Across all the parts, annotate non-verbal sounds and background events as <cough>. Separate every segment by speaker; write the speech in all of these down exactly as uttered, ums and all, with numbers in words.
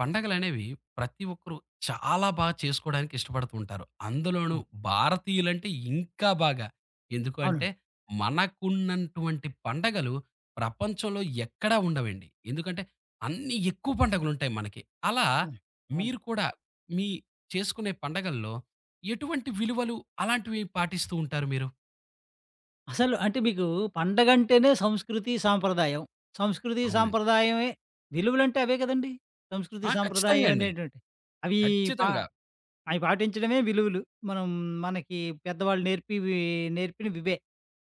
Speaker 1: పండగలనేవి ప్రతి ఒక్కరు చాలా బాగా చేసుకోవడానికి ఇష్టపడుతూ ఉంటారు. అందులోనూ
Speaker 2: హ్మ్.
Speaker 1: భారతీయులంటే ఇంకా బాగా. ఎందుకు అంటే
Speaker 2: అవునండి.
Speaker 1: మనకున్నటువంటి పండగలు ప్రపంచంలో ఎక్కడా ఉండవండి. ఎందుకంటే అన్నీ ఎక్కువ పండగలుంటాయి మనకి. అలా
Speaker 2: హ్మ్. అవును.
Speaker 1: మీరు కూడా మీ చేసుకునే పండగల్లో ఎటువంటి విలువలు అలాంటివి పాటిస్తూ ఉంటారు మీరు?
Speaker 2: అసలు అంటే మీకు పండగంటేనే సంస్కృతి, సాంప్రదాయం. సంస్కృతి,
Speaker 1: అవునండి.
Speaker 2: సాంప్రదాయమే విలువలంటే అవే కదండీ! సంస్కృతి,
Speaker 1: ఆ! ఖచ్చితంగా
Speaker 2: సాంప్రదాయం
Speaker 1: అండి.
Speaker 2: అనేటువంటివి. అవి పా
Speaker 1: ఖచ్చితంగా.
Speaker 2: అవి పాటించడమే విలువలు. మనం మనకి పెద్దవాళ్ళు నేర్పివి నేర్పినవివే.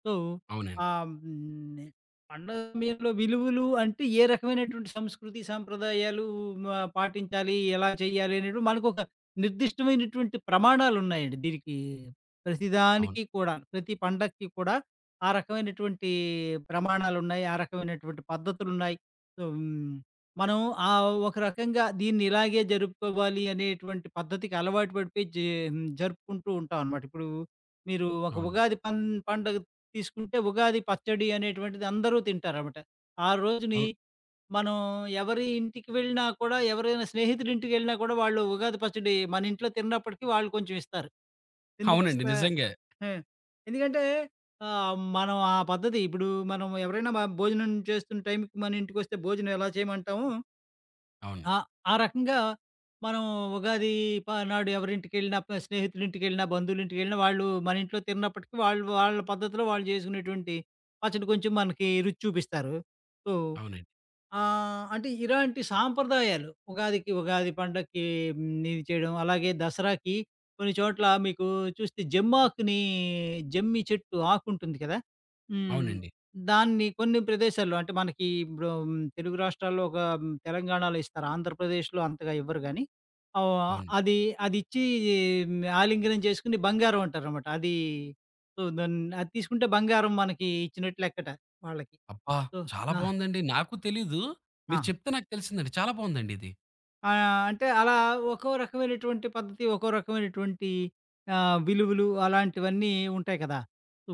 Speaker 2: సో,
Speaker 1: అవునండి.
Speaker 2: ఆహ్, హ్మ్. పండగ సమయంలో విలువలు అంటే ఏ రకమైనటువంటి సంస్కృతి సాంప్రదాయాలు మ పాటించాలి, ఎలా చేయాలి అనేటివి మనకొక నిర్దిష్టమైనటువంటి ప్రమాణాలున్నాయండి. దీనికి
Speaker 1: అవును.
Speaker 2: ప్రతిదానికి కూడా, ప్రతి పండక్కి కూడా ఆ రకమైనటువంటి ప్రమాణాలున్నాయి. ఆ రకమైనటువంటి పద్ధతులున్నాయి. సో, హ్మ్. మనం ఆ ఒక రకంగా దీన్ని ఇలాగే జరుపుకోవాలి అనేటువంటి పద్ధతికి అలవాటు పడిపోయి జే జరుపుకుంటూ ఉంటామనమాట. ఇప్పుడు మీరు ఒక
Speaker 1: అవును.
Speaker 2: ఉగాది పం పండగ తీసుకుంటే ఉగాది పచ్చడి అనేటువంటిది అందరూ తింటారనమాట. ఆ రోజుని
Speaker 1: అవును.
Speaker 2: మనం ఎవరి ఇంటికి వెళ్ళినా కూడా ఎవరైనా స్నేహితుడి ఇంటికి వెళ్ళినా కూడా వాళ్ళు ఉగాది పచ్చడి మన ఇంట్లో తిన్నప్పటికీ వాళ్ళు కొంచెం ఇస్తారు.
Speaker 1: అవునండి.
Speaker 2: ఎందుకిస్తా
Speaker 1: నిజంగే.
Speaker 2: ఆ! ఎందుకంటే ఆహ్, మనం ఆ పద్ధతి ఇప్పుడు మనం ఎవరైనా మ భోజనం చేస్తున్న టైంకి మన ఇంటికొస్తే భోజనం ఎలా చేయమంటామో
Speaker 1: అవును.
Speaker 2: ఆ! ఆ రకంగా మనం ఉగాది ప నాడు ఎవరింటికెళ్ళినా, ప స్నేహితులింటికెళ్ళినా, బంధువులింటికెళ్ళినా వాళ్ళు మన ఇంట్లో తిన్నప్పటికి వాళ్ళు వాళ్ళ పద్ధతిలో వాళ్ళు చేసుకునేటువంటి పచ్చడి కొంచెం మనకి రుచి చూపిస్తారు. సో
Speaker 1: అవునండి.
Speaker 2: ఆహ్, అంటే ఇలాంటి సాంప్రదాయాలు ఉగాదికి, ఉగాది పండక్కి హ్మ్, ఇది చేయడం. అలాగే దసరాకి కొన్ని చోట్ల మీకు చూస్తే జమ్మాకుని జమ్మి చెట్టు ఆకుంటుంది కదా! హ్మ్.
Speaker 1: అవునండి.
Speaker 2: దాన్ని కొన్ని ప్రదేశాల్లో అంటే మనకి ఇప్పుడు హ్మ్, తెలుగు రాష్ట్రాల్లో ఒక హ్మ్, తెలంగాణలో ఇస్తారు. ఆంధ్రప్రదేశ్‌లో అంతగా ఇవ్వరు గానీ ఆహ్,
Speaker 1: అవును.
Speaker 2: అది అదిచ్చి హ్మ్, ఆలింగనం చేసుకొని బంగారం అంటారనమాట. అది సో, దాన్ అది తీసుకుంటే బంగారం మనకి ఇచ్చినట్టు లెక్కట వాళ్ళకి.
Speaker 1: అబ్బా!
Speaker 2: సో
Speaker 1: చాలా
Speaker 2: ఆ!
Speaker 1: బావుందండి, నాకు తెలీదు.
Speaker 2: ఆ!
Speaker 1: మీరు చెప్తే నాకు తెలిసిందండి. చాలా బావుందండి ఇది.
Speaker 2: ఆ! అంటే అలా ఒక్కో రకమైనటువంటి పద్ధతి, ఒక్కో రకమైనటువంటి ఆహ్, విలువలు అలాంటివన్నీ ఉంటాయి కదా! సో,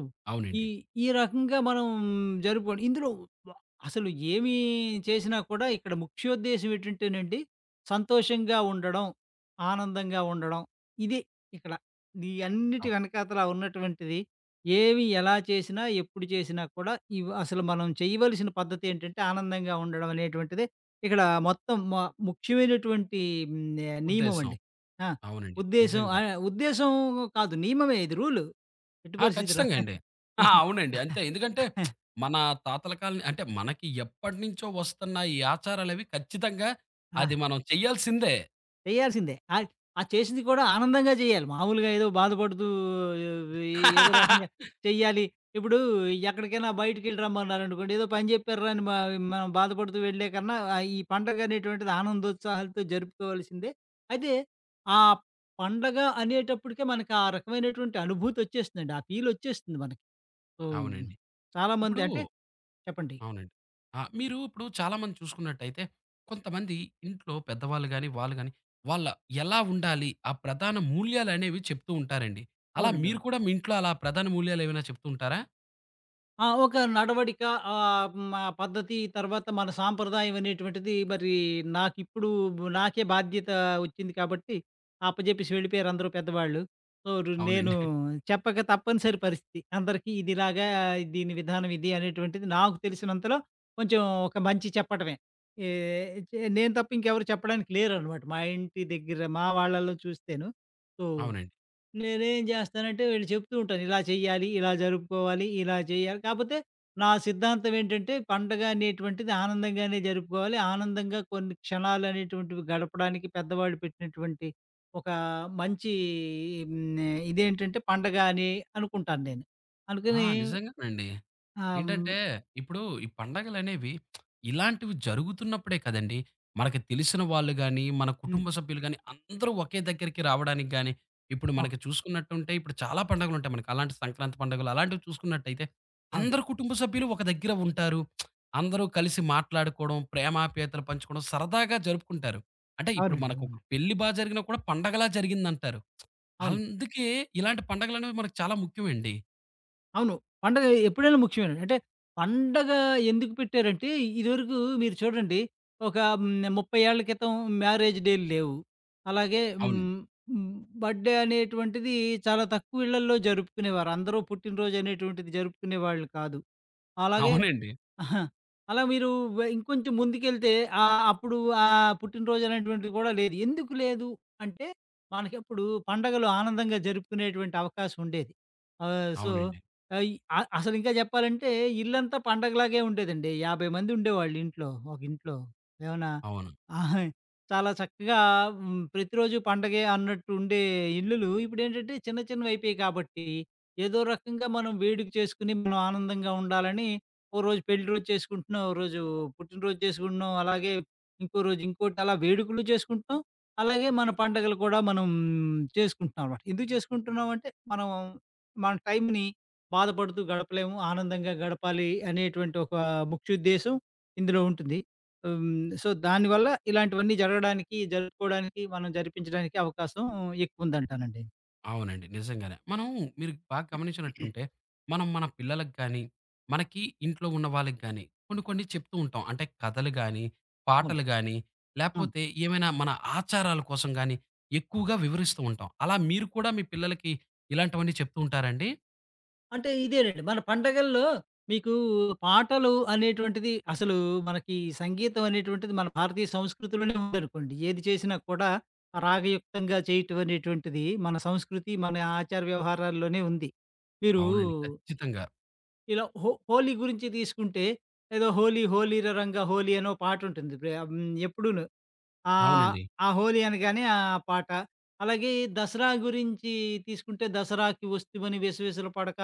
Speaker 2: ఈ
Speaker 1: అవునండి.
Speaker 2: ఈ రకంగా మనం జరుపుకోండి. ఇందులో వ అసలు ఏమి చేసినా కూడా ఇక్కడ ముఖ్యోద్దేశ్యం ఏంటంటేనండి, సంతోషంగా ఉండడం, ఆనందంగా ఉండడం ఇదే ఇక్కడ. ఈ అన్నిటి
Speaker 1: అవును.
Speaker 2: వెనకాతల ఉన్నటువంటిది ఏవి ఎలా చేసినా, ఎప్పుడు చేసినా కూడా ఇవి అసలు మనం చేయవలసిన పద్ధతి ఏంటంటే ఆనందంగా ఉండడం అనేటువంటిదే ఇక్కడ మొత్తం మ ముఖ్యమైనటువంటి హ్మ్, ఆహ్,
Speaker 1: ఉద్దేశ్యం.
Speaker 2: నియమమండి. ఆ!
Speaker 1: అవునండి.
Speaker 2: ఉద్దేశ్యం
Speaker 1: నిజంగా.
Speaker 2: ఆహ్, ఉద్దేశ్యం కాదు నియమమే ఇది రూలు. ఎట్టి
Speaker 1: ఆ!
Speaker 2: పరిస్థితిలో.
Speaker 1: ఖచ్చితంగా అండి. ఆ! అవునండి. అంతే.
Speaker 2: <laughs>
Speaker 1: ఎందుకంటే మన తాతల కాలం అంటే మనకి ఎప్పటినుంచో వస్తున్న ఈ ఆచారాలవి ఖచ్చితంగా
Speaker 2: ఆ!
Speaker 1: అది మనం చెయ్యాల్సిందే.
Speaker 2: చేయాల్సిందే. ఆహ్, ఆ చేసింది కూడా ఆనందంగా చేయాలి. మామూలుగా ఏదో బాధపడుతూ ఏ ఏదో రకంగా
Speaker 1: <laughs>
Speaker 2: చెయ్యాలి. ఇప్పుడు ఎక్కడికైనా బయటికెళ్ళి రమ్మన్నారనుకోండి, ఏదో పని చెప్పార్రా అని మ మనం బాధపడుతూ వెళ్ళే కన్నా ఆహ్, ఈ పండగ అనేటువంటిది ఆనందోత్సాహాలతో జరుపుకోవాల్సిందే. అయితే ఆ పండగ అనేటప్పటికే మనకు ఆ రకమైనటువంటి అనుభూతొచ్చేస్తుందండి. ఆ ఫీలొచ్చేస్తుంది మనకి. సో,
Speaker 1: అవునండి.
Speaker 2: చాలామంది
Speaker 1: ఇప్పుడు
Speaker 2: అంటే చెప్పండి.
Speaker 1: అవునండి. ఆ! మీరు ఇప్పుడు చాలామంది చూసుకున్నట్టయితే, కొంతమంది ఇంట్లో పెద్దవాళ్ళు గాని, వాళ్ళు గాని వాళ్ళ ఎలా ఉండాలి? ఆ ప్రధాన మూల్యాలనేవి చెప్తూ ఉంటారండి. అలా
Speaker 2: అవునండి.
Speaker 1: మీరు
Speaker 2: అవును.
Speaker 1: కూడా మీ ఇంట్లో అలా ప్రధాన మూల్యాలేమైనా చెప్తూ ఉంటారా?
Speaker 2: ఆ! ఒక నడవడిక ఆహ్, హ్మ్. ఆ మా పద్ధతి తర్వాత మన సాంప్రదాయం అనేటువంటిది మరి నాకిప్పుడు నాకే బాధ్యత వచ్చింది కాబట్టి అప్పజెప్పేసి వెళ్ళిపోయారు అందరూ పెద్దవాళ్ళు. సో, రు నేను
Speaker 1: అవునండి.
Speaker 2: చెప్పక తప్పనిసరి పరిస్థితి. అందరికీ ఇదిలాగా దీని విధానం ఇది అనేటువంటిది నాకు తెలిసినంతలో కొంచెం ఒక మంచి చెప్పటమే. ఏ చే నేను తప్ప ఇంకెవరు చెప్పడానికి లేరనమాట. మా ఇంటి దగ్గర మా వాళ్ళలో చూస్తేను. సో
Speaker 1: అవునండి.
Speaker 2: నేనేం జేస్తానంటే వీళ్ళు చెప్తూ ఉంటాను. ఇలా చెయ్యాలి, ఇలా జరుపుకోవాలి, ఇలా చేయాలి. కాపోతే నా సిద్ధాంతం ఏంటంటే పండగ అనేటువంటిది ఆనందంగానే జరుపుకోవాలి. ఆనందంగా కొన్ని క్షణాలనేటువంటివి గడపడానికి పెద్దవాళ్ళు పెట్టినటువంటి ఒక మంచి హ్మ్. ఇదేంటంటే పండగ అని అనుకుంటాను నేను.
Speaker 1: ఆ!
Speaker 2: అనుకుని
Speaker 1: నిజంగానండి.
Speaker 2: ఆహ్,
Speaker 1: ఏంటంటే, ఇప్పుడు ఈ పండగలనేవి ఇలాంటివి జరుగుతున్నప్పుడే కదండీ! మనకి తెలిసిన వాళ్ళు గాని, మన
Speaker 2: హ్మ్.
Speaker 1: కుటుంబ సభ్యులు గాని, అందరూ ఒకే దగ్గరికి రావడానికి గాని, ఇప్పుడు
Speaker 2: అవును.
Speaker 1: మనకి చూసుకున్నట్టుంటే ఇప్పుడు చాలా పండగలుంటాయి మనకి. అలాంటి సంక్రాంతి పండుగలు అలాంటివి చూసుకున్నట్టయితే,
Speaker 2: అవును.
Speaker 1: అందరు కుటుంబ సభ్యులు ఒక దగ్గర ఉంటారు. అందరూ కలిసి మాట్లాడుకోవడం, ప్రేమాప్యాయతలు పంచుకోవడం, సరదాగా జరుపుకుంటారు. అంటే ఇప్పుడు
Speaker 2: అవునండి.
Speaker 1: మనకొక
Speaker 2: అవునండి.
Speaker 1: పెళ్లి బా జరిగినా కూడా పండగలా జరిగిందంటారు.
Speaker 2: అవును.
Speaker 1: అందుకే ఇలాంటి పండగలనేవి మనకు చాలా ముఖ్యమండి.
Speaker 2: అవును. పండగ ఎప్పుడైనా ముఖ్యమేనండి. అంటే పండగ ఎందుకు పెట్టారంటే, ఇదివరకు మీరు చూడండి ఒక హ్మ్, ముప్పై ఏళ్ల క్రితం మ్యారేజ్ డేలు లేవు. అలాగే
Speaker 1: అవును.
Speaker 2: హ్మ్, హ్మ్, బర్త్‌డే అనేటువంటిది చాలా తక్కువ ఇళ్లల్లో జరుపుకునేవారు. అందరూ పుట్టినరోజు అనేటువంటిది జరుపుకునేవాళ్ళు కాదు. అలాగే
Speaker 1: అవునండి.
Speaker 2: అహా! అలా మీరు వ ఇంకొంచెం ముందుకెళ్తే ఆహ్, అప్పుడు ఆ పుట్టినరోజు అనేటువంటిది కూడా లేదు. ఎందుకు లేదు అంటే, మనకప్పుడు పండగలు ఆనందంగా జరుపుకునేటువంటి అవకాశం ఉండేది. ఆహ్, సో,
Speaker 1: అవునండి.
Speaker 2: ఆహ్, ఈ అ అసలింకా చెప్పాలంటే ఇల్లంతా పండగలాగే ఉండేదండి. యాభై మంది ఉండేవాళ్ళు ఇంట్లో. ఒక ఇంట్లో. ఏమన్నా
Speaker 1: అవును.
Speaker 2: ఆహా! చాలా చక్కగా హ్మ్, ప్రతిరోజు పండగే అన్నట్టు ఉండే ఇల్లులు ఇప్పుడేంటంటే చిన్న చిన్నవయిపోయాయి కాబట్టి, ఏదో రకంగా మనం వేడుక చేసుకొని మనం ఆనందంగా ఉండాలని ఓ రోజు పెళ్లి రోజు చేసుకుంటున్నాం. ఓ రోజు పుట్టినరోజు చేసుకుంటున్నాం. అలాగే ఇంకో రోజు ఇంకోటి అలా వేడుకలు చేసుకుంటున్నాం. అలాగే మన పండగలు కూడా మనం చేసుకుంటున్నాం అనమాట. ఎందుకు చేసుకుంటున్నాం అంటే మనం మన టైంని బాధపడుతూ గడపలేము. ఆనందంగా గడపాలి అనేటువంటి ఒక ముఖ్యోద్దేశం ఇందులో ఉంటుంది. హ్మ్. సో, దానివల్ల ఇలాంటివన్నీ జరగడానికి, జరుపుకోవడానికి, మనం జరిపించడానికి అవకాశం ఎక్కువుందంటానండి.
Speaker 1: అవునండి. నిజంగానే. మనం మీరు బాగా గమనించినట్టుంటే,
Speaker 2: <clears throat>
Speaker 1: మనం మన పిల్లలకి గానీ, మనకి ఇంట్లో ఉన్న వాళ్ళకి గానీ, కొన్ని కొన్ని చెప్తూ ఉంటాం. అంటే కథలు గానీ,
Speaker 2: అవును.
Speaker 1: పాటలు గానీ,
Speaker 2: ఆ!
Speaker 1: లేపోతే ఏమైనా మన ఆచారాల కోసం గానీ, ఎక్కువగా వివరిస్తూ ఉంటాం. అలా మీరు కూడా మీ పిల్లలకి ఇలాంటివన్నీ చెప్తూ ఉంటారండి?
Speaker 2: అంటే ఇదేనండి. మన పండగల్లో మీకు పాటలు అనేటువంటిది అసలు మనకి సంగీతం అనేటువంటిది మన భారతీయ సంస్కృతిలోనే ఉందనుకోండి. ఏది చేసినా కూడా ఆ రాగయుక్తంగా చేయటం అనేటువంటిది మన సంస్కృతి, మన ఆచార వ్యవహారాల్లోనే ఉంది. మీరు
Speaker 1: అవునండి. ఖచ్చితంగా.
Speaker 2: ఇలా హో హోలీ గురించి తీసుకుంటే ఏదో హోలీ హోలీర రంగా హోలీ అనో పాటుంటుంది. ప్రే హ్మ్. ఎప్పుడూను. ఆహ్,
Speaker 1: అవునండి.
Speaker 2: ఆ 'హోలీ' అనగానే ఆ పాట. అలాగే దసరా గురించి తీసుకుంటే 'దసరాకి వస్తివని వెసవెసల పడక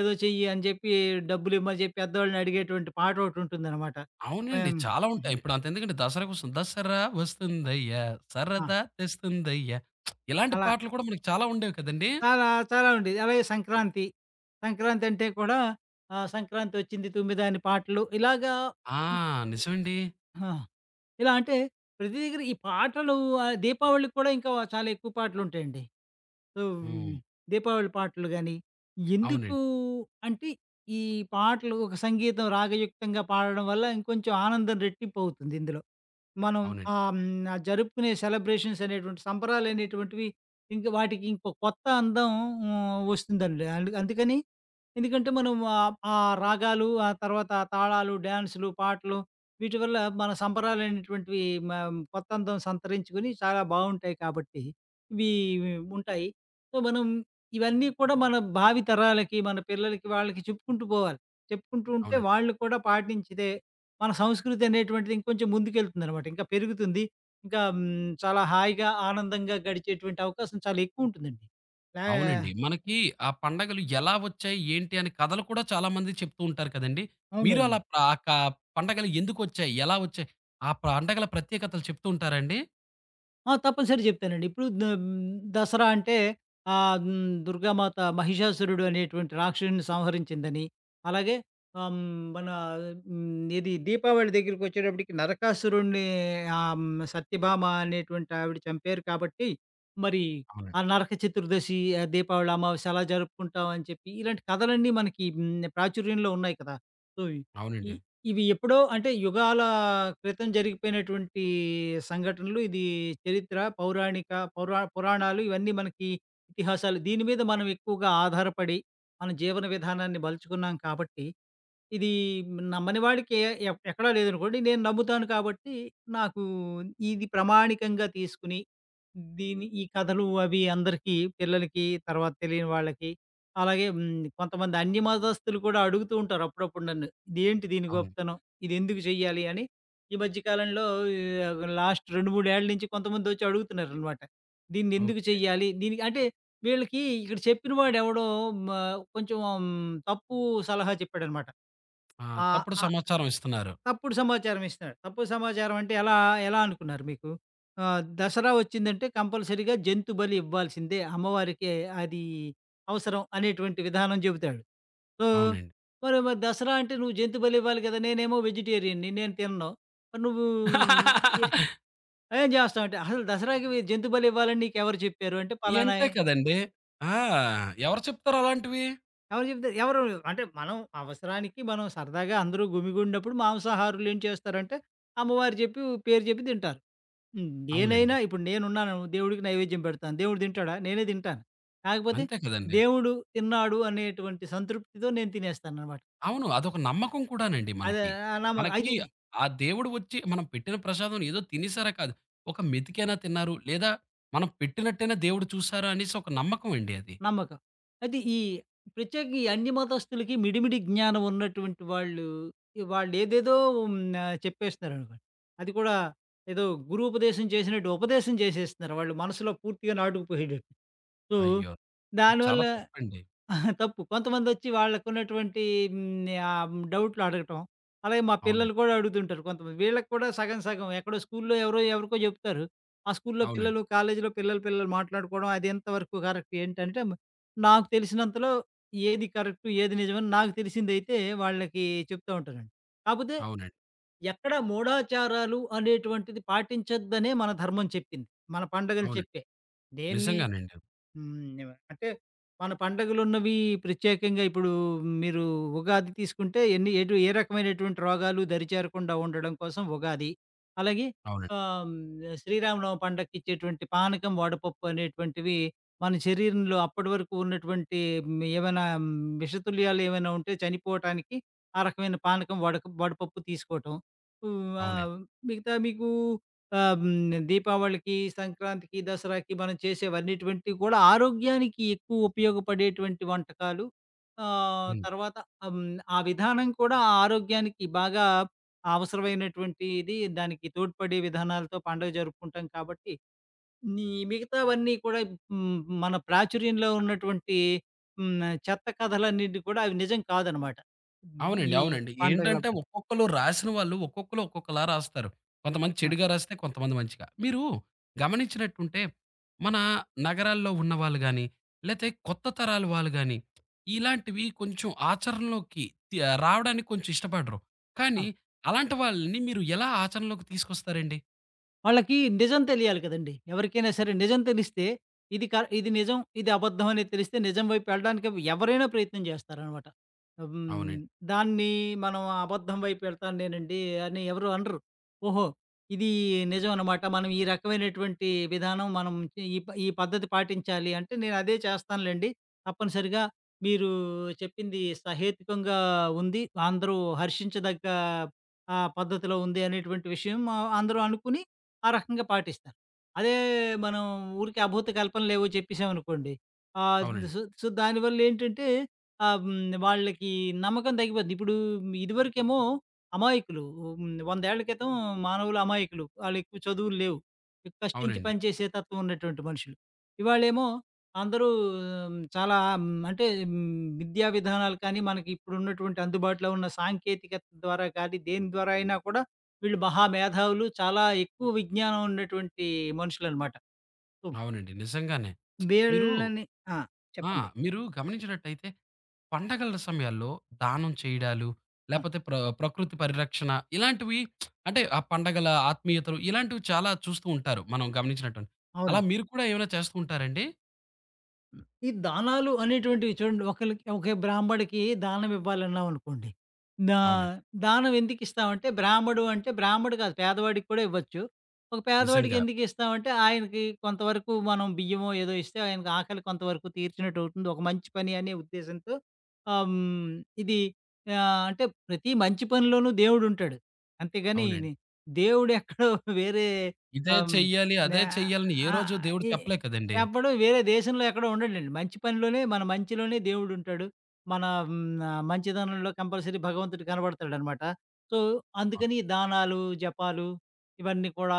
Speaker 2: ఏదో చెయ్యి' అని చెప్పి డబ్బులిమ్మని చెప్పి పెద్దోళ్ళని అడిగేటువంటి పాటోకటుంటుందనమాట.
Speaker 1: అవునండి.
Speaker 2: మేం
Speaker 1: చాలా
Speaker 2: హుహు.
Speaker 1: ఉంటాయి. ఇప్పుడు అంతెందుకండి, దసరాకు వస్తుంది. దసరా వస్తుందయ్యా,
Speaker 2: ఆ!
Speaker 1: సరదా తెస్తుందయ్యా. ఇలాంటి
Speaker 2: అలా
Speaker 1: పాటలు కూడా మనకు చాలా ఉండేవి కదండీ!
Speaker 2: చాలా, చాలా ఉండేది. అలాగే సంక్రాంతి. సంక్రాంతంటే కూడా ఆహ్, 'సంక్రాంతొచ్చింది తుమ్మెద' అని పాటలు ఇలాగా
Speaker 1: ఆ! నిజమండి.
Speaker 2: ఆ! ఇలా అంటే ప్రతి దగ్గర ఈ పాటలు ఆహ్, దీపావళికి కూడా ఇంకా చాలా ఎక్కువ పాటలుంటాయండి. సో, హ్మ్,
Speaker 1: హ్మ్.
Speaker 2: దీపావళి పాటలు గాని, ఎందుకు
Speaker 1: అవునండి.
Speaker 2: అంటే ఈ పాటలు ఒక సంగీతం రాగయుక్తంగా పాడడం వల్ల ఇంకొంచెం ఆనందం రెట్టింపవుతుంది ఇందులో. మనం
Speaker 1: అవునండి.
Speaker 2: ఆహ్, హ్మ్. జరుపుకునే సెలబ్రేషన్స్ అనేటువంటి సంబరాలనేటువంటివి ఇంక వాటికి ఇంకో కొత్త అందం హ్మ్. వస్తుందండి. అందు అందుకని ఎందుకంటే మనం ఆహ్, ఆ రాగాలు, ఆ తర్వాత ఆ తాళాలు, డాన్సులు, పాటలు వీటి వల్ల మన సంబరాలనేటువంటివి మ కొత్త అందం సంతరించుకొని చాలా బావుంటాయి కాబట్టి ఇవి ఉంటాయి. సో, మనం ఇవన్నీ కూడా మన భావి తరాలకి, మన పిల్లలకి వాళ్ళకి చెప్పుకుంటూ పోవాలి. చెప్పుకుంటూ ఉంటే
Speaker 1: అవునండి.
Speaker 2: వాళ్ళు కూడా పాటించితే మన సంస్కృతి అనేటువంటిది ఇంకొంచెం ముందుకెళ్తుందనమాట. ఇంకా పెరుగుతుంది. ఇంకా హ్మ్, చాలా హాయిగా, ఆనందంగా గడిచేటువంటి అవకాశం చాలా ఎక్కువుంటుందండి. లా
Speaker 1: అవునండి. మనకి ఆ పండగలు ఎలా వచ్చాయి, ఏంటి అని కథలు కూడా చాలామంది చెప్తూ ఉంటారు కదండీ! మీరు
Speaker 2: అవునండి.
Speaker 1: అలా ప్ర- ఆ క పండగలు ఎందుకొచ్చాయి? ఎలా వచ్చాయి? ఆ పండగల ప్రత్యేకతలు చెప్తూ ఉంటారండి?
Speaker 2: ఆ! తప్పనిసరి చెప్తానండి. ఇప్పుడు ద హ్మ్, దసరా అంటే ఆహ్, హ్మ్, దుర్గామాత మహిషాసురుడు అనేటువంటి రాక్షసుడిని సంహరించిందని, అలాగే ఆహ్, హ్మ్, మన హ్మ్, ఇది దీపావళి దగ్గరికొచ్చేటప్పటికి నరకాసురుడిని ఆహ్, హ్మ్, సత్యభామ అనేటువంటి ఆవిడ చంపారు కాబట్టి, మరి
Speaker 1: అవునండి.
Speaker 2: ఆ నరక చతుర్దశి, ఆ దీపావళి అమావాస్య అలా జరుపుకుంటాం అని చెప్పి, ఇలాంటి కథలన్నీ మనకి హ్మ్, ప్రాచుర్యంలో ఉన్నాయి కదా! సో, ఈ
Speaker 1: అవునండి.
Speaker 2: ఇవి ఎప్పుడో అంటే యుగాల క్రితం జరిగిపోయినటువంటి సంఘటనలు. ఇది చరిత్ర, పౌరాణిక పౌరా పురాణాలు ఇవన్నీ మనకి ఇతిహాసాలు. దీని మీద మనం ఎక్కువగా ఆధారపడి మన జీవన విధానాన్ని మలుచుకున్నాం కాబట్టి, ఇది నమ్మని వాడికి ఏ- ఎ ఎక్కడా లేదనుకోండి. నేను నమ్ముతాను కాబట్టి నాకు ఇది ప్రమాణికంగా తీసుకుని, దీని ఈ కథలు అవి అందరికీ పిల్లలకి, తర్వాత తెలియని వాళ్ళకి అలాగే హ్మ్. కొంతమంది అన్య మతస్థులు కూడా అడుగుతూ ఉంటారు అప్పుడప్పుడు నన్ను. ఇదేంటి దీని
Speaker 1: అవును.
Speaker 2: గొప్పతనం? ఇదెందుకు చెయ్యాలి? అని ఈ మధ్య కాలంలో ఆహ్, లాస్ట్ రెండు, మూడు ఏళ్ల నుంచి కొంతమందొచ్చి అడుగుతున్నారనమాట. దీన్నెందుకు
Speaker 1: ఓకే.
Speaker 2: చెయ్యాలి? దీనికి అంటే వీళ్ళకి ఇక్కడ చెప్పిన వాడెవడో మ కొంచెం మ్, తప్పు సలహా చెప్పాడనమాట.
Speaker 1: ఆ!
Speaker 2: ఆ!
Speaker 1: తప్పుడు సమాచారం ఇస్తున్నారు.
Speaker 2: తప్పుడు సమాచారం ఇస్తున్నాడు. తప్పుడు సమాచారం అంటే ఎలా, ఎలా అనుకున్నారు మీకు? ఆహ్, దసరా వచ్చిందంటే కంపల్సరీగా జంతు బలి ఇవ్వాల్సిందే. అమ్మవారికే అది అవసరం అనేటువంటి విధానం చెబుతాడు. సో,
Speaker 1: అవునండి.
Speaker 2: మరి మరి దసరా అంటే నువ్వు జంతు బలి ఇవ్వాలి కదా! నేనేమో వెజిటేరియన్‌ని నేను తినను. మరి నువ్వు ఎ
Speaker 1: <laughs>
Speaker 2: ఏం చేస్తావంటే, అసలు దసరాకి వీ- జంతు బలి ఇవ్వాలని నీకెవరు చెప్పారు? అంటే పలానా
Speaker 1: ఎంతే కదండీ! ఆ! ఎవరు చెప్తారు అలాంటివి?
Speaker 2: ఎవరు చెప్తారు? ఎవరు అంటే మనం అవసరానికి మనం సరదాగా అందరూ గుమిగూడినప్పుడు మాంసాహారులు ఏం చేస్తారంటే, అమ్మవారు చెప్పి పేరు చెప్పి తింటారు. హ్మ్. నేనైనా
Speaker 1: అవునండి.
Speaker 2: ఇప్పుడు నేనున్నాను. దేవుడికి నైవేద్యం పెడతాను. దేవుడు తింటాడా? నేనే తింటాను. కాకపోతే
Speaker 1: అంతే కదండీ!
Speaker 2: దేవుడు తిన్నాడు అనేటువంటి సంతృప్తితో నేను తినేస్తాననమాట.
Speaker 1: అవును. అదొక నమ్మకం కూడానండి
Speaker 2: అదే
Speaker 1: మనకి.
Speaker 2: ఆ నమ్మకం.
Speaker 1: మనకి
Speaker 2: అయితే
Speaker 1: ఆ దేవుడు వచ్చి మనం పెట్టిన ప్రసాదం ఏదో తినేసారా కాదు. ఒక మెతికైనా తిన్నారు. లేదా మనం పెట్టినట్టైనా దేవుడు చూసారా అనేసి ఒక నమ్మకం అండి అది.
Speaker 2: నమ్మకం. అయితే ఈ ప్రత్యేకంగా ఈ అన్య మతస్థులకి మిడిమిడి జ్ఞానం ఉన్నటువంటి వాళ్ళు, ఈ వాళ్ళేదేదో హ్మ్. ఆహ్, చెప్పేస్తున్నారనుకోండి. అది కూడా ఏదో గురూపదేశం చేసినట్టు ఉపదేశం చేసేస్తున్నారు. వాళ్ళు మనసులో పూర్తిగా నాటుకుపోయేటట్టు. సో,
Speaker 1: అయ్యో! ఇది చాలా
Speaker 2: దానివల్ల
Speaker 1: తప్పండి.
Speaker 2: అహా! తప్పు. కొంతమందొచ్చి వాళ్ళకున్నటువంటి హ్మ్, ఆహ్, డౌట్లు అడగటం. అలాగే మా
Speaker 1: అవునండి.
Speaker 2: పిల్లలు కూడా అడుగుతుంటారు కొంతమంది. వీళ్ళకి కూడా సగం సగం ఎక్కడో స్కూల్లో ఎవరో ఎవరికో చెప్తారు. ఆ
Speaker 1: అవునండి.
Speaker 2: స్కూల్లో
Speaker 1: అవునండి.
Speaker 2: పిల్లలు, కాలేజీలో పిల్లలు పిల్లలు మాట్లాడుకోవడం అది ఎంతవరకు కరెక్ట్ ఏంటంటే, నాకు తెలిసినంతలో ఏది కరెక్టు, ఏది నిజమని నాకు తెలిసిందైతే వాళ్ళకి చెప్తా ఉంటానండి. కాపోతే
Speaker 1: అవునండి.
Speaker 2: ఎక్కడ మూఢాచారాలు అనేటువంటిది పాటించొద్దనే మన ధర్మం చెప్పింది. మన పండగలు
Speaker 1: అవునండి.
Speaker 2: చెప్పే. దేన్ని
Speaker 1: నిజంగానండి.
Speaker 2: హ్మ్. నివ అంటే మన పండగలున్నవి ప్రత్యేకంగా ఇప్పుడు మీరు ఉగాది తీసుకుంటే ఎన్ని ఎటు ఏ రకమైనటువంటి రోగాలు దరిచేరకుండా ఉండడం కోసం ఉగాది. అలాగే
Speaker 1: అవునండి.
Speaker 2: ఆహ్, హ్మ్. శ్రీరామనవమి పండక్కిచ్చేటువంటి పానకం, వడపప్పు అనేటువంటివి మన శరీరంలో అప్పటి వరకు ఉన్నటువంటి హ్మ్. ఏమైనా హ్మ్. విషతుల్యాలు ఏమైనా ఉంటే చనిపోవటానికి ఆ రకమైన పానకం, వడక వడపప్పు తీసుకోవటం. హ్మ్.
Speaker 1: అవునండి.
Speaker 2: ఆహ్, మిగతా మీకు ఆ! హ్మ్. దీపావళికి, సంక్రాంతికి, దసరాకి మనం చేసేవన్నిటువంటివి కూడా ఆరోగ్యానికి ఎక్కువ ఉపయోగపడేటువంటి వంటకాలు. ఆహ్,
Speaker 1: హ్మ్.
Speaker 2: తర్వాత ఆహ్, హ్మ్. ఆ విధానం కూడా ఆ ఆరోగ్యానికి బాగా అవసరమైనటువంటిది. దానికి తోడ్పడే విధానాలతో పండుగ జరుపుకుంటాం కాబట్టి, ఈ మిగతావన్నీ కూడా హ్మ్. మన ప్రాచుర్యంలో ఉన్నటువంటి హ్మ్. చెత్త కథలన్నిటిని కూడా అవి నిజం కాదనమాట. హ్మ్.
Speaker 1: అవునండి.
Speaker 2: ఈ
Speaker 1: అవునండి. ఏంటంటే
Speaker 2: పండగలప్పుడు.
Speaker 1: ఒక్కొక్కళ్ళు రాసిన వాళ్ళు ఒక్కొక్కళ్ళు ఒక్కొక్కలా రాస్తారు. కొంతమంది
Speaker 2: ఆ!
Speaker 1: చెడుగా రాస్తే, కొంతమంది మంచిగా. మీరు గమనించినట్టుంటే, మన నగరాల్లో ఉన్నవాళ్ళు గాని, లేతే కొత్త తరాల వాళ్ళు గాని, ఇలాంటివి కొంచెం ఆచరణలోకి తి ఆహ్, రావడానికి కొంచెం ఇష్టపడరు.
Speaker 2: ఆ!
Speaker 1: కానీ అలాంటి వాళ్ళని మీరు ఎలా ఆచరణలోకి తీసుకొస్తారండి?
Speaker 2: వాళ్ళకి నిజం తెలియాలి కదండీ! ఎవరికైనా సరే నిజం తెలిస్తే ఇది క ఇది నిజం, ఇది అబద్ధం అనేది తెలిస్తే నిజం వైపు వెళ్ళడానికి ఎవరైనా ప్రయత్నం చేస్తారనమాట. హ్మ్.
Speaker 1: అవునండి.
Speaker 2: దాన్ని మనం అబద్ధం వైపు వెళ్తాను నేనండి అని ఎవరు అనరు. ఓహో! ఇది నిజం అనమాట. మనం ఈ రకమైనటువంటి విధానం మనం ఈ ప ఈ పద్ధతి పాటించాలి అంటే నేను అదే చేస్తానులెండి. తప్పనిసరిగా మీరు చెప్పింది సహేతుకంగా ఉంది. అందరూ హర్షించదగ్గ ఆ పద్ధతిలో ఉంది అనేటువంటి విషయం ఆ, అందరూ అనుకుని ఆ రకంగా పాటిస్తారు. అదే మనం ఊరికే అభూత కల్పనలేవో చెప్పేసామనుకోండి. ఆహ్,
Speaker 1: అవునండి.
Speaker 2: సో సో, దానివల్లేంటంటే ఆహ్, హ్మ్, వాళ్ళకి నమ్మకం తగ్గిపోద్ది. ఇప్పుడు ఇదివరకేమో అమాయకులు హ్మ్, వంద ఏళ్ల క్రితం మానవులు అమాయకులు. వాళ్ళెక్కువ చదువులు లేవు. ఎక్కువ కష్టించి
Speaker 1: అవునండి.
Speaker 2: పనిచేసే తత్వం ఉన్నటువంటి మనుషులు. ఇవాళేమో అందరూ మ్, చాలా హ్మ్, అంటే హ్మ్, విద్యా విధానాలు కానీ, మనకి ఇప్పుడున్నటువంటి అందుబాటులో ఉన్న సాంకేతికత ద్వారా కానీ, దేని ద్వారా అయినా కూడా వీళ్ళు మహా మేధావులు. చాలా ఎక్కువ విజ్ఞానం ఉన్నటువంటి మనుషులనమాట. సో,
Speaker 1: అవునండి. నిజంగానే. మీరు
Speaker 2: వీళ్ళని ఆ!
Speaker 1: ఆ!
Speaker 2: చెప్పండి.
Speaker 1: మీరు గమనించినట్టయితే పండగల సమయాల్లో దానం చేయడాలు,
Speaker 2: ఆ!
Speaker 1: లేపోతే ప్ర ప్రకృతి పరిరక్షణ ఇలాంటివి, అంటే ఆ పండగల ఆత్మీయతలు ఇలాంటివి చాలా చూస్తూ ఉంటారు మనం గమనించినట్టుంటే. అలా
Speaker 2: అవును.
Speaker 1: మీరు కూడా ఏమైనా చేస్తూ ఉంటారండి?
Speaker 2: హ్మ్. ఈ దానాలు అనేటువంటివి చూడండి ఒకళ్ళకి ఒకే బ్రాహ్మడికి దానం ఇవ్వాలన్నామనుకోండి. దా
Speaker 1: అవునండి.
Speaker 2: దానం ఎందుకిస్తామంటే బ్రాహ్మడు అంటే బ్రాహ్మడు కాదు పేదవాడికి కూడా ఇవ్వచ్చు. ఒక పేదవాడికి
Speaker 1: నిజంగా.
Speaker 2: ఎందుకిస్తామంటే ఆయనకి కొంతవరకు మనం బియ్యమో ఏదో ఇస్తే ఆయనకి ఆకలి కొంతవరకు తీర్చినట్టవుతుంది. ఒక మంచి పని అనే ఉద్దేశంతో ఆహ్, హ్మ్. ఇది ఆహ్, అంటే ప్రతి మంచి పనిలోనూ దేవుడుంటాడు. అంతేగాని
Speaker 1: అవునండి.
Speaker 2: ఇది దేవుడెక్కడో వేరే
Speaker 1: ఇదే
Speaker 2: ఆహ్, హ్మ్.
Speaker 1: చెయ్యాలి, అదే
Speaker 2: నా
Speaker 1: చెయ్యాలని ఏ
Speaker 2: ఆ!
Speaker 1: రోజు దేవుడు
Speaker 2: ఈ
Speaker 1: చెప్పలే కదండీ!
Speaker 2: చెప్పడు వేరే దేశంలో ఎక్కడో ఉండడండి. మంచి పనిలోనే మన మంచిలోనే దేవుడుంటాడు. మన హ్మ్, ఆహ్, మంచిదనంలో కంపల్సరీ భగవంతుడు కనబడతాడనమాట. సో,
Speaker 1: అవును.
Speaker 2: అందుకని దానాలు, జపాలు ఇవన్నీ కూడా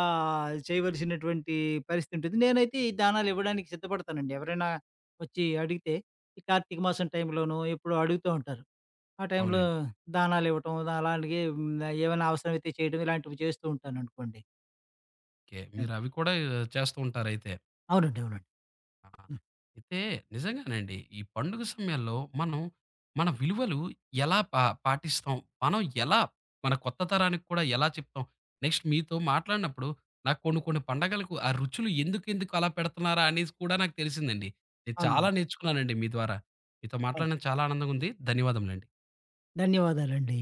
Speaker 2: చేయవలసినటువంటి పరిస్థితి ఉంటుంది. నేనైతే ఈ దానాలు ఇవ్వడానికి సిద్ధపడతానండి. ఎవరైనా వచ్చి అడిగితే, ఈ కార్తీక మాసం టైంలోనో ఎప్పుడో అడుగుతూ ఉంటారు. ఆ టైంలో
Speaker 1: అవునండి.
Speaker 2: దానాలివ్వటం, అలాగే హ్మ్, ఏమైనా అవసరమైతే చేయడం ఇలాంటివి చేస్తూ ఉంటాననుకోండి.
Speaker 1: ఓకే. మీరవి కూడా చేస్తూ ఉంటారయితే.
Speaker 2: అవునండి. అవునండి.
Speaker 1: ఆ!
Speaker 2: హ్మ్.
Speaker 1: అయితే నిజంగానండి. ఈ పండుగ సమయాల్లో మనం మన విలువలు ఎలా పా పాటిస్తాం? మనం ఎలా మన కొత్త తరానికి కూడా ఎలా చెప్తాం? నెక్స్ట్ మీతో మాట్లాడినప్పుడు, నాకు కొన్ని కొన్ని పండగలకు ఆ రుచులు ఎందుకెందుకు అలా పెడుతున్నారా అనేసి కూడా నాకు తెలిసిందండి. నేను చాలా
Speaker 2: అవునండి.
Speaker 1: నేర్చుకున్నానండి మీ ద్వారా. మీతో
Speaker 2: అవును.
Speaker 1: మాట్లాడడం చాలా ఆనందంగా ఉంది. ధన్యవాదములండి.
Speaker 2: ధన్యవాదాలండి.